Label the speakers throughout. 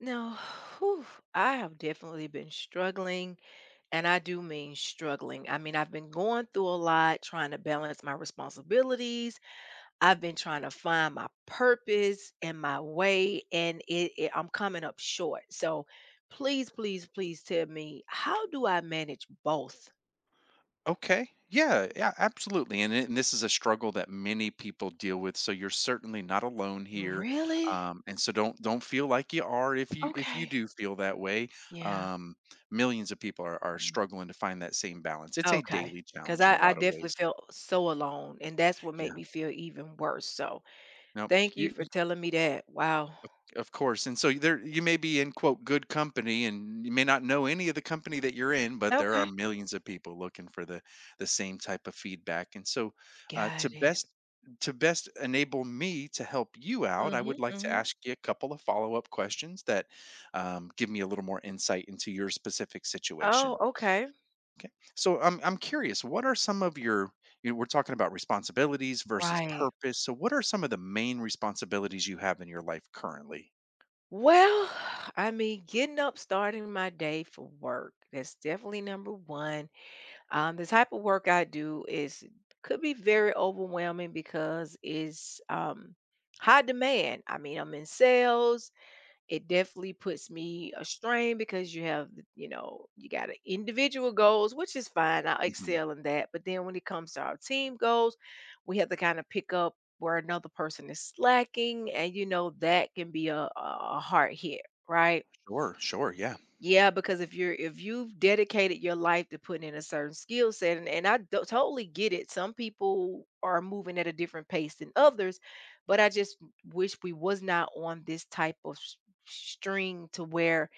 Speaker 1: Now, whew, I have definitely been struggling, and I do mean struggling. I mean, I've been going through a lot, trying to balance my responsibilities. I've been trying to find my purpose and my way, and it I'm coming up short. So, please, please, please tell me, how do I manage both?
Speaker 2: Okay. Yeah, yeah, absolutely. And this is a struggle that many people deal with. So you're certainly not alone here.
Speaker 1: Really?
Speaker 2: And so don't feel like you are if you
Speaker 1: Okay.
Speaker 2: do feel that way.
Speaker 1: Yeah.
Speaker 2: Um, Millions of people are struggling to find that same balance. It's a
Speaker 1: Okay.
Speaker 2: daily
Speaker 1: Because
Speaker 2: challenge in
Speaker 1: I,
Speaker 2: a
Speaker 1: I
Speaker 2: lot of
Speaker 1: definitely
Speaker 2: ways.
Speaker 1: felt so alone, and that's what made
Speaker 2: Yeah.
Speaker 1: me feel even worse. So,
Speaker 2: Nope.
Speaker 1: thank you
Speaker 2: You
Speaker 1: for telling me that. Wow.
Speaker 2: Of course. And so there you may be in quote good company and you may not know any of the company that you're in, but there are
Speaker 1: Okay.
Speaker 2: millions of people looking for the same type of feedback. And so uh, to
Speaker 1: Got it.
Speaker 2: best to best enable me to help you out, I
Speaker 1: Mhm,
Speaker 2: would like to
Speaker 1: mhm.
Speaker 2: ask you a couple of follow-up questions that give me a little more insight into your specific
Speaker 1: Oh,
Speaker 2: situation.
Speaker 1: okay.
Speaker 2: Okay. So I'm curious, what are some of your you know, we're talking about responsibilities versus
Speaker 1: Right.
Speaker 2: purpose. So what are some of the main responsibilities you have in your life currently?
Speaker 1: Well, I mean, getting up, starting my day for work, that's definitely number one. The type of work I do is could be very overwhelming because it's, high demand. I mean, I'm in sales. It definitely puts me a strain because you have, you know, you got individual goals, which is fine. I
Speaker 2: Mm-hmm.
Speaker 1: excel in that. But then when it comes to our team goals, we have to kind of pick up where another person is slacking. And, you know, that can be a hard hit, right?
Speaker 2: Sure, sure, yeah.
Speaker 1: Yeah, because if you're if you've dedicated your life to putting in a certain skill set, and, and totally get it. Some people are moving at a different pace than others, but I just wish we was not on this type of string to where,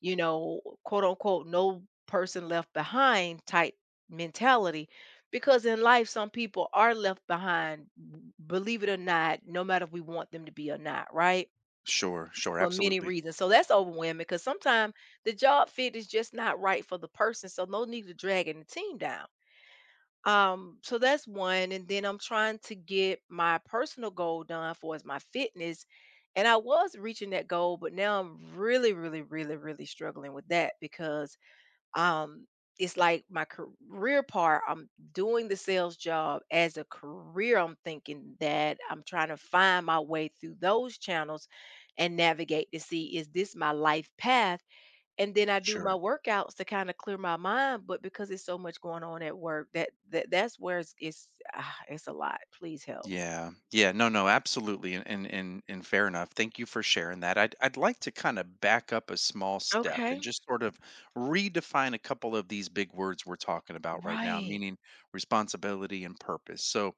Speaker 1: you know, quote unquote, no person left behind type mentality. Because in life, some people are left behind, believe it or not, no matter if we want them to be or not, right?
Speaker 2: Sure, sure,
Speaker 1: For many
Speaker 2: absolutely.
Speaker 1: reasons. So that's overwhelming because sometimes the job fit is just not right for the person. So no need to dragging the team down. So that's one. And then I'm trying to get my personal goal done for is my fitness. And I was reaching that goal, but now I'm really, really, really, really struggling with that because um it's like my career part. I'm doing the sales job as a career. I'm thinking that I'm trying to find my way through those channels and navigate to see, is this my life path? And then I do my
Speaker 2: Sure.
Speaker 1: workouts to kind of clear my mind, but because it's so much going on at work that that's where it's, it's a lot. Please help.
Speaker 2: Yeah. Yeah, no, no, absolutely. And fair enough. Thank you for sharing that. I'd like to kind of back up a small step
Speaker 1: Okay.
Speaker 2: and just sort of redefine a couple of these big words we're talking about right now,
Speaker 1: Right.
Speaker 2: meaning responsibility and purpose. So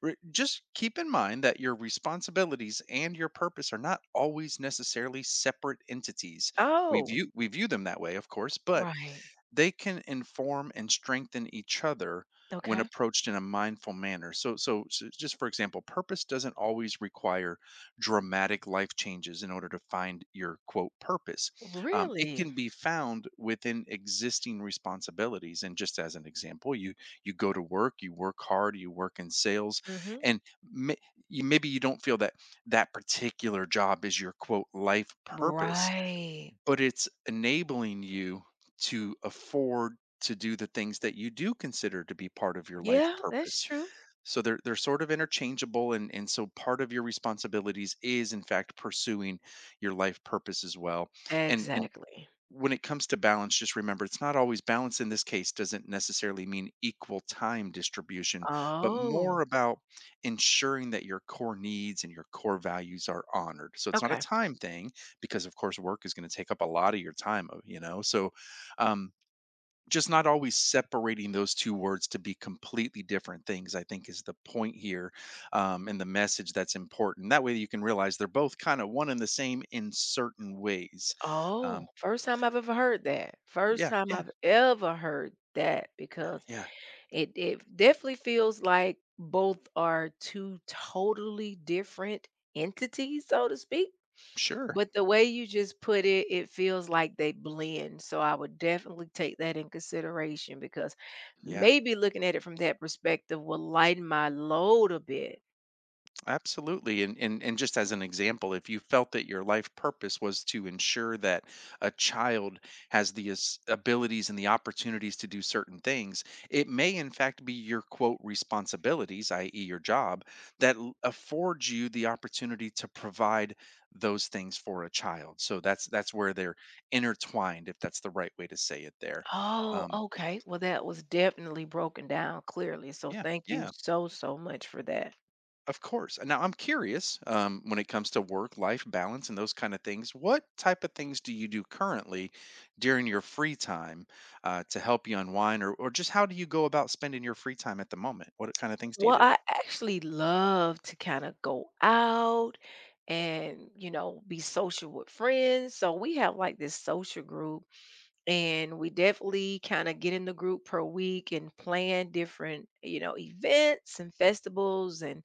Speaker 2: just keep in mind that your responsibilities and your purpose are not always necessarily separate entities. We
Speaker 1: Oh,
Speaker 2: view we view them that way, of course, but
Speaker 1: right.
Speaker 2: they can inform and strengthen each other when
Speaker 1: Okay.
Speaker 2: approached in a mindful manner. So just for example, purpose doesn't always require dramatic life changes in order to find your quote purpose. It
Speaker 1: Really?
Speaker 2: can be found within existing responsibilities. And just as an example, you go to work, you work hard, you work in sales,
Speaker 1: Hmm.
Speaker 2: and maybe you don't feel that particular job is your quote life purpose,
Speaker 1: Right.
Speaker 2: but it's enabling you to afford to do the things that you do consider to be part of your life
Speaker 1: Yeah, that's
Speaker 2: purpose.
Speaker 1: true.
Speaker 2: So they're sort of interchangeable, and so part of your responsibilities is in fact pursuing your life purpose as well. And
Speaker 1: Exactly.
Speaker 2: When it comes to balance, just remember it's not always balance — in this case doesn't necessarily mean equal time distribution, but
Speaker 1: Oh,
Speaker 2: more about ensuring that your core needs and your core values are honored. So it's not a
Speaker 1: okay.
Speaker 2: time thing because, of course, work is going to take up a lot of your time, you know? So um, just not always separating those two words to be completely different things, I think, is the point here, and the message that's important. That way you can realize they're both kind of one and the same in certain ways.
Speaker 1: Oh,
Speaker 2: Um,
Speaker 1: first time I've ever heard that. First
Speaker 2: yeah,
Speaker 1: time
Speaker 2: yeah.
Speaker 1: I've ever heard that because
Speaker 2: Yeah,
Speaker 1: it definitely feels like both are two totally different entities, so to speak.
Speaker 2: sure.
Speaker 1: But the way you just put it, it feels like they blend. So I would definitely take that in consideration because
Speaker 2: Yeah,
Speaker 1: maybe looking at it from that perspective will lighten my load a bit.
Speaker 2: absolutely. And just as an example, if you felt that your life purpose was to ensure that a child has the abilities and the opportunities to do certain things, it may in fact be your quote responsibilities, i.e., your job, that affords you the opportunity to provide those things for a child. So that's where they're intertwined, if that's the right way to say it there.
Speaker 1: Oh,
Speaker 2: Um,
Speaker 1: okay. Well, that was definitely broken down clearly. So
Speaker 2: yeah,
Speaker 1: thank you
Speaker 2: yeah.
Speaker 1: so, so much for that.
Speaker 2: Of course. Now I'm curious, when it comes to work-life balance and those kind of things, what type of things do you do currently during your free time, to help you unwind, or just how do you go about spending your free time at the moment? What kind of things do you
Speaker 1: Well,
Speaker 2: do?
Speaker 1: I actually love to kind of go out and, you know, be social with friends. So we have like this social group and we definitely kind of get in the group per week and plan different, you know, events and festivals and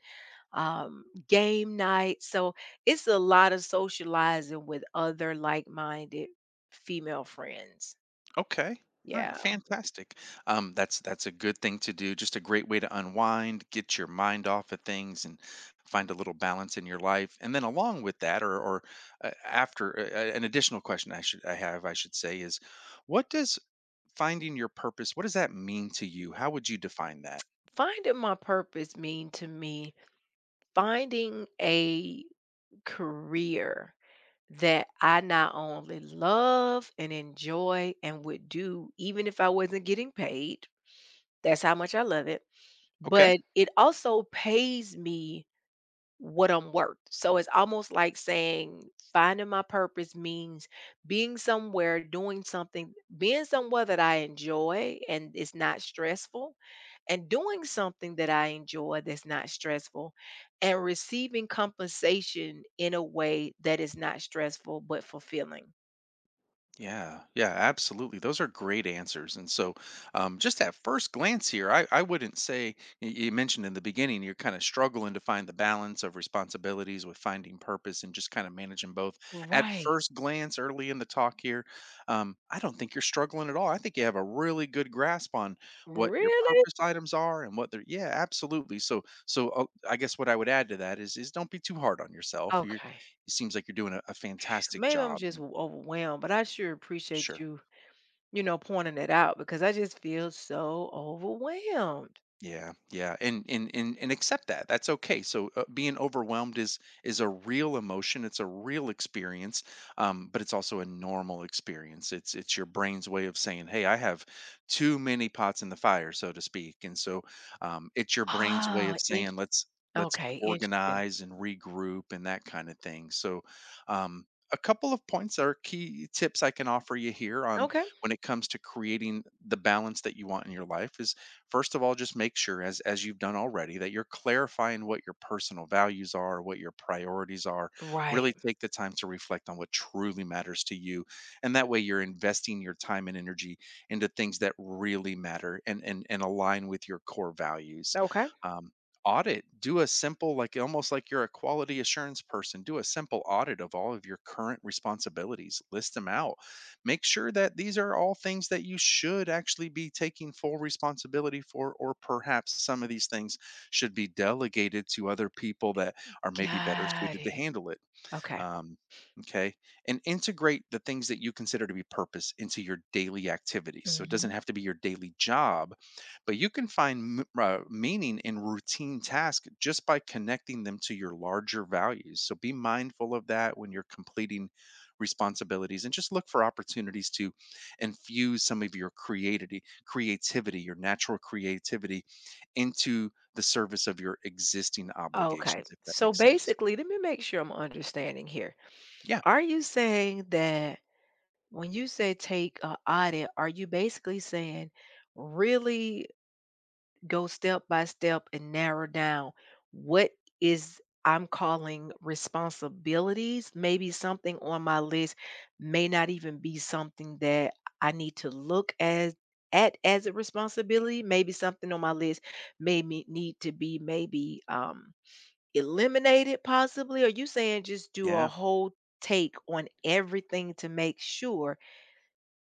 Speaker 1: game nights. So it's a lot of socializing with other like-minded female friends.
Speaker 2: Okay. All right,
Speaker 1: Yeah.
Speaker 2: fantastic. That's a good thing to do. Just a great way to unwind, get your mind off of things, and find a little balance in your life. And then along with that, or an additional question I should say is, what does finding your purpose? What does that mean to you? How would you define that?
Speaker 1: Finding my purpose mean to me finding a career that I not only love and enjoy and would do even if I wasn't getting paid. That's how much I love it.
Speaker 2: Okay.
Speaker 1: But it also pays me what I'm worth. So it's almost like saying finding my purpose means being somewhere, doing something, being somewhere that I enjoy and it's not stressful, and doing something that I enjoy that's not stressful, and receiving compensation in a way that is not stressful but fulfilling.
Speaker 2: Yeah, yeah, absolutely. Those are great answers. And so, just at first glance here, I wouldn't say you mentioned in the beginning you're kind of struggling to find the balance of responsibilities with finding purpose and just kind of managing both. At
Speaker 1: Right.
Speaker 2: first glance, early in the talk here, I don't think you're struggling at all. I think you have a really good grasp on what your
Speaker 1: Really?
Speaker 2: purpose items are and what they're. Yeah, absolutely. So I guess what I would add to that is don't be too hard on yourself. You're,
Speaker 1: Okay.
Speaker 2: it seems like you're doing a fantastic
Speaker 1: Maybe I'm
Speaker 2: job.
Speaker 1: just
Speaker 2: And
Speaker 1: overwhelmed, but I sure appreciate
Speaker 2: sure.
Speaker 1: you, pointing it out because I just feel so overwhelmed.
Speaker 2: Yeah, yeah, and accept that. That's okay. So being overwhelmed is a real emotion. It's a real experience, but it's also a normal experience. It's your brain's way of saying, "Hey, I have too many pots in the fire," so to speak. And so it's your brain's way
Speaker 1: Ah,
Speaker 2: of
Speaker 1: int
Speaker 2: saying, "Let's
Speaker 1: Okay, interesting.
Speaker 2: organize and regroup and that kind of thing." So. Um, a couple of points are key tips I can offer you here on
Speaker 1: Okay.
Speaker 2: when it comes to creating the balance that you want in your life is, first of all, just make sure, as you've done already, that you're clarifying what your personal values are, what your priorities are. Really
Speaker 1: Right.
Speaker 2: take the time to reflect on what truly matters to you, and that way you're investing your time and energy into things that really matter and align with your core values.
Speaker 1: Okay.
Speaker 2: um, Audit — do a simple, like almost like you're a quality assurance person, do a simple audit of all of your current responsibilities. List them out, make sure that these are all things that you should actually be taking full responsibility for, or perhaps some of these things should be delegated to other people that are maybe better
Speaker 1: Got
Speaker 2: suited to
Speaker 1: it.
Speaker 2: handle it.
Speaker 1: Okay.
Speaker 2: Um, okay. And integrate the things that you consider to be purpose into your daily activities. So it doesn't
Speaker 1: Mhm.
Speaker 2: have to be your daily job, but you can find meaning in routine tasks just by connecting them to your larger values. So be mindful of that when you're completing responsibilities, and just look for opportunities to infuse some of your your natural creativity into the service of your existing
Speaker 1: Okay.
Speaker 2: obligations, if that
Speaker 1: So
Speaker 2: makes sense.
Speaker 1: basically, let me make sure I'm understanding here.
Speaker 2: Yeah.
Speaker 1: Are you saying that when you say take a audit, are you basically saying really go step by step and narrow down what is I'm calling responsibilities. Maybe something on my list may not even be something that I need to look as at as a responsibility. Maybe something on my list may need to be maybe eliminated possibly. Are you saying just do a
Speaker 2: Yeah.
Speaker 1: whole take on everything to make sure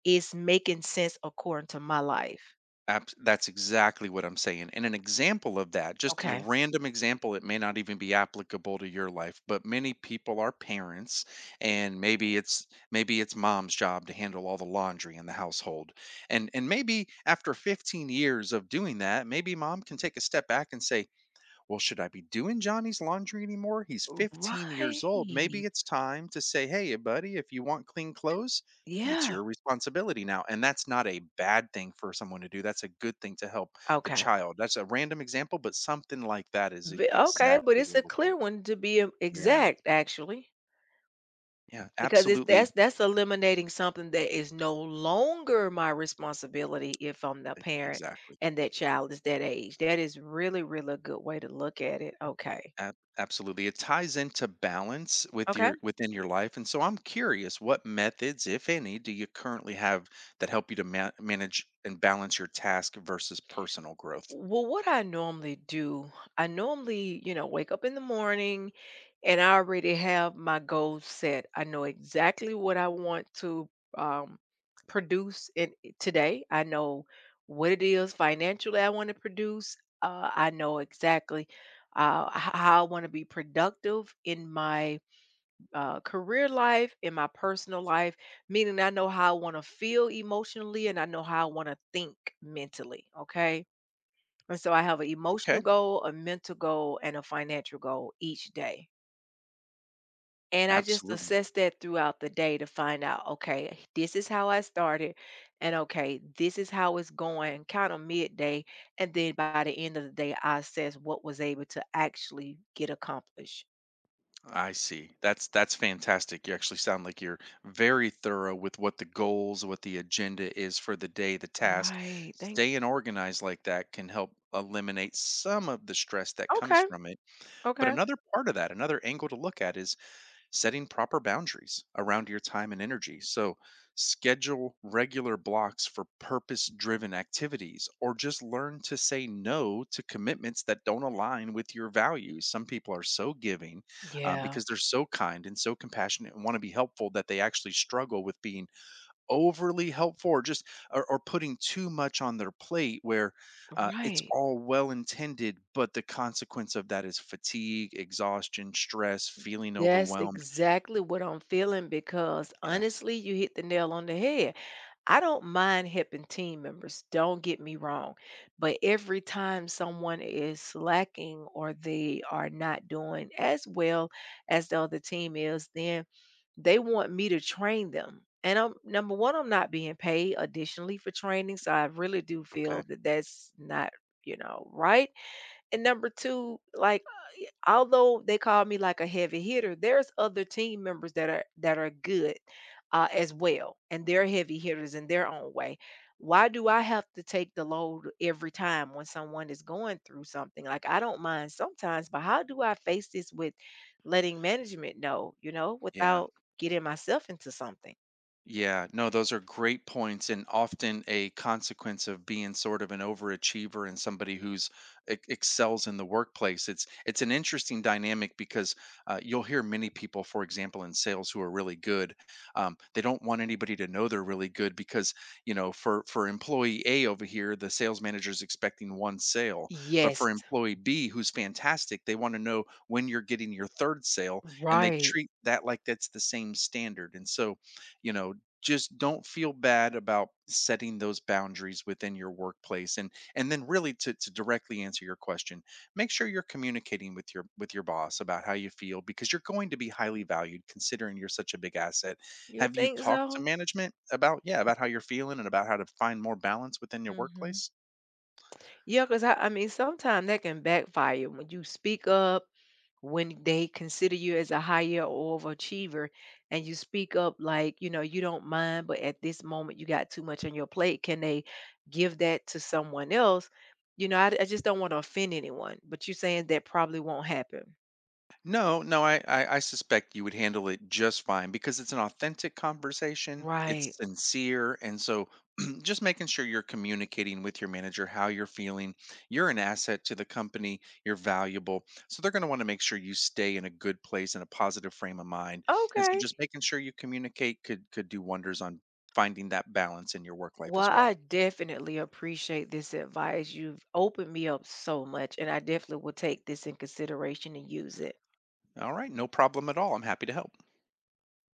Speaker 1: it's making sense according to my life?
Speaker 2: Abs That's exactly what I'm saying, and an example of that, just a
Speaker 1: Okay.
Speaker 2: random example, it may not even be applicable to your life, but many people are parents, and maybe it's mom's job to handle all the laundry in the household, and maybe after 15 years of doing that, maybe mom can take a step back and say, well, should I be doing Johnny's laundry anymore? He's 15
Speaker 1: Right.
Speaker 2: years old. Maybe it's time to say, hey, buddy, if you want clean clothes, it's
Speaker 1: Yeah.
Speaker 2: your responsibility now. And that's not a bad thing for someone to do. That's a good thing to help the
Speaker 1: Okay.
Speaker 2: child. That's a random example, but something like that is
Speaker 1: V Okay, but
Speaker 2: exactly
Speaker 1: it's
Speaker 2: where
Speaker 1: a
Speaker 2: we're
Speaker 1: clear
Speaker 2: going.
Speaker 1: one to be,
Speaker 2: Yeah.
Speaker 1: exact, actually,
Speaker 2: Yeah.
Speaker 1: because it's
Speaker 2: Absolutely.
Speaker 1: that's eliminating something that is no longer my responsibility if I'm the parent
Speaker 2: Exactly.
Speaker 1: and that child is that age. That is really, really a good way to look at it. Okay.
Speaker 2: Absolutely, it ties into balance with
Speaker 1: Okay.
Speaker 2: your within your life. And so I'm curious, what methods, if any, do you currently have that help you to manage and balance your task versus personal growth?
Speaker 1: Well, what I normally do, I normally, wake up in the morning, and I already have my goals set. I know exactly what I want to um, produce in today. I know what it is financially I want to produce. I know exactly how I want to be productive in my career life, in my personal life, meaning I know how I want to feel emotionally and I know how I want to think mentally. Okay. And so I have an emotional
Speaker 2: Okay.
Speaker 1: goal, a mental goal, and a financial goal each day. And I just
Speaker 2: Absolutely.
Speaker 1: assess that throughout the day to find out, okay, this is how I started, and okay, this is how it's going, kind of midday. And then by the end of the day, I assess what was able to actually get accomplished.
Speaker 2: I see. That's fantastic. You actually sound like you're very thorough with what the goals, what the agenda is for the day, the task.
Speaker 1: Right. Thank
Speaker 2: Staying organized like that can help eliminate some of the stress that comes
Speaker 1: Okay,
Speaker 2: from it. But
Speaker 1: okay.
Speaker 2: another part of that, another angle to look at, is setting proper boundaries around your time and energy. So schedule regular blocks for purpose driven activities, or just learn to say no to commitments that don't align with your values. Some people are so giving,
Speaker 1: Yeah.
Speaker 2: because they're so kind and so compassionate and want to be helpful, that they actually struggle with being overly helpful, or just or putting too much on their plate, where it's
Speaker 1: Right.
Speaker 2: all well intended, but the consequence of that is fatigue, exhaustion, stress, feeling
Speaker 1: That's
Speaker 2: overwhelmed.
Speaker 1: exactly what I'm feeling because
Speaker 2: Yeah.
Speaker 1: honestly, you hit the nail on the head. I don't mind helping team members, don't get me wrong. But every time someone is slacking or they are not doing as well as the other team is, then they want me to train them. And I'm number one, I'm not being paid additionally for training. So I really do
Speaker 2: Okay.
Speaker 1: feel that that's not right. And number two, like although they call me like a heavy hitter, there's other team members that are good as well, and they're heavy hitters in their own way. Why do I have to take the load every time when someone is going through something? Like I don't mind sometimes, but how do I face this with letting management know,
Speaker 2: Yeah.
Speaker 1: without getting myself into something?
Speaker 2: Yeah, no, those are great points, and often a consequence of being sort of an overachiever and somebody who's excels in the workplace. It's an interesting dynamic, because you'll hear many people, for example, in sales who are really good, they don't want anybody to know they're really good, because you know, for employee A over here, the sales manager is expecting one sale, but
Speaker 1: Yes.
Speaker 2: for employee B who's fantastic, they want to know when you're getting your third sale, and they
Speaker 1: Right.
Speaker 2: treat that like that's the same standard. And so you know, just don't feel bad about setting those boundaries within your workplace. And to directly answer your question, make sure you're communicating with your boss about how you feel, because you're going to be highly valued considering you're such a big asset.
Speaker 1: You
Speaker 2: Have you
Speaker 1: think
Speaker 2: talked to
Speaker 1: so?
Speaker 2: management about, yeah, about how you're feeling and about how to find more balance within your
Speaker 1: Mm-hmm.
Speaker 2: workplace?
Speaker 1: Yeah, 'cause I mean, sometimes that can backfire when you speak up, when they consider you as a higher overachiever, and you speak up like, you don't mind, but at this moment you got too much on your plate. Can they give that to someone else? I just don't want to offend anyone, but you're saying that probably won't happen.
Speaker 2: No, no, I suspect you would handle it just fine because it's an authentic conversation.
Speaker 1: Right.
Speaker 2: It's sincere, and so just making sure you're communicating with your manager how you're feeling. You're an asset to the company. You're valuable, so they're going to want to make sure you stay in a good place and a positive frame of mind. And so
Speaker 1: Okay.
Speaker 2: just making sure you communicate could do wonders on finding that balance in your work life
Speaker 1: Well,
Speaker 2: as well.
Speaker 1: I definitely appreciate this advice. You've opened me up so much, and I definitely will take this in consideration and use it.
Speaker 2: All right, no problem at all. I'm happy to help.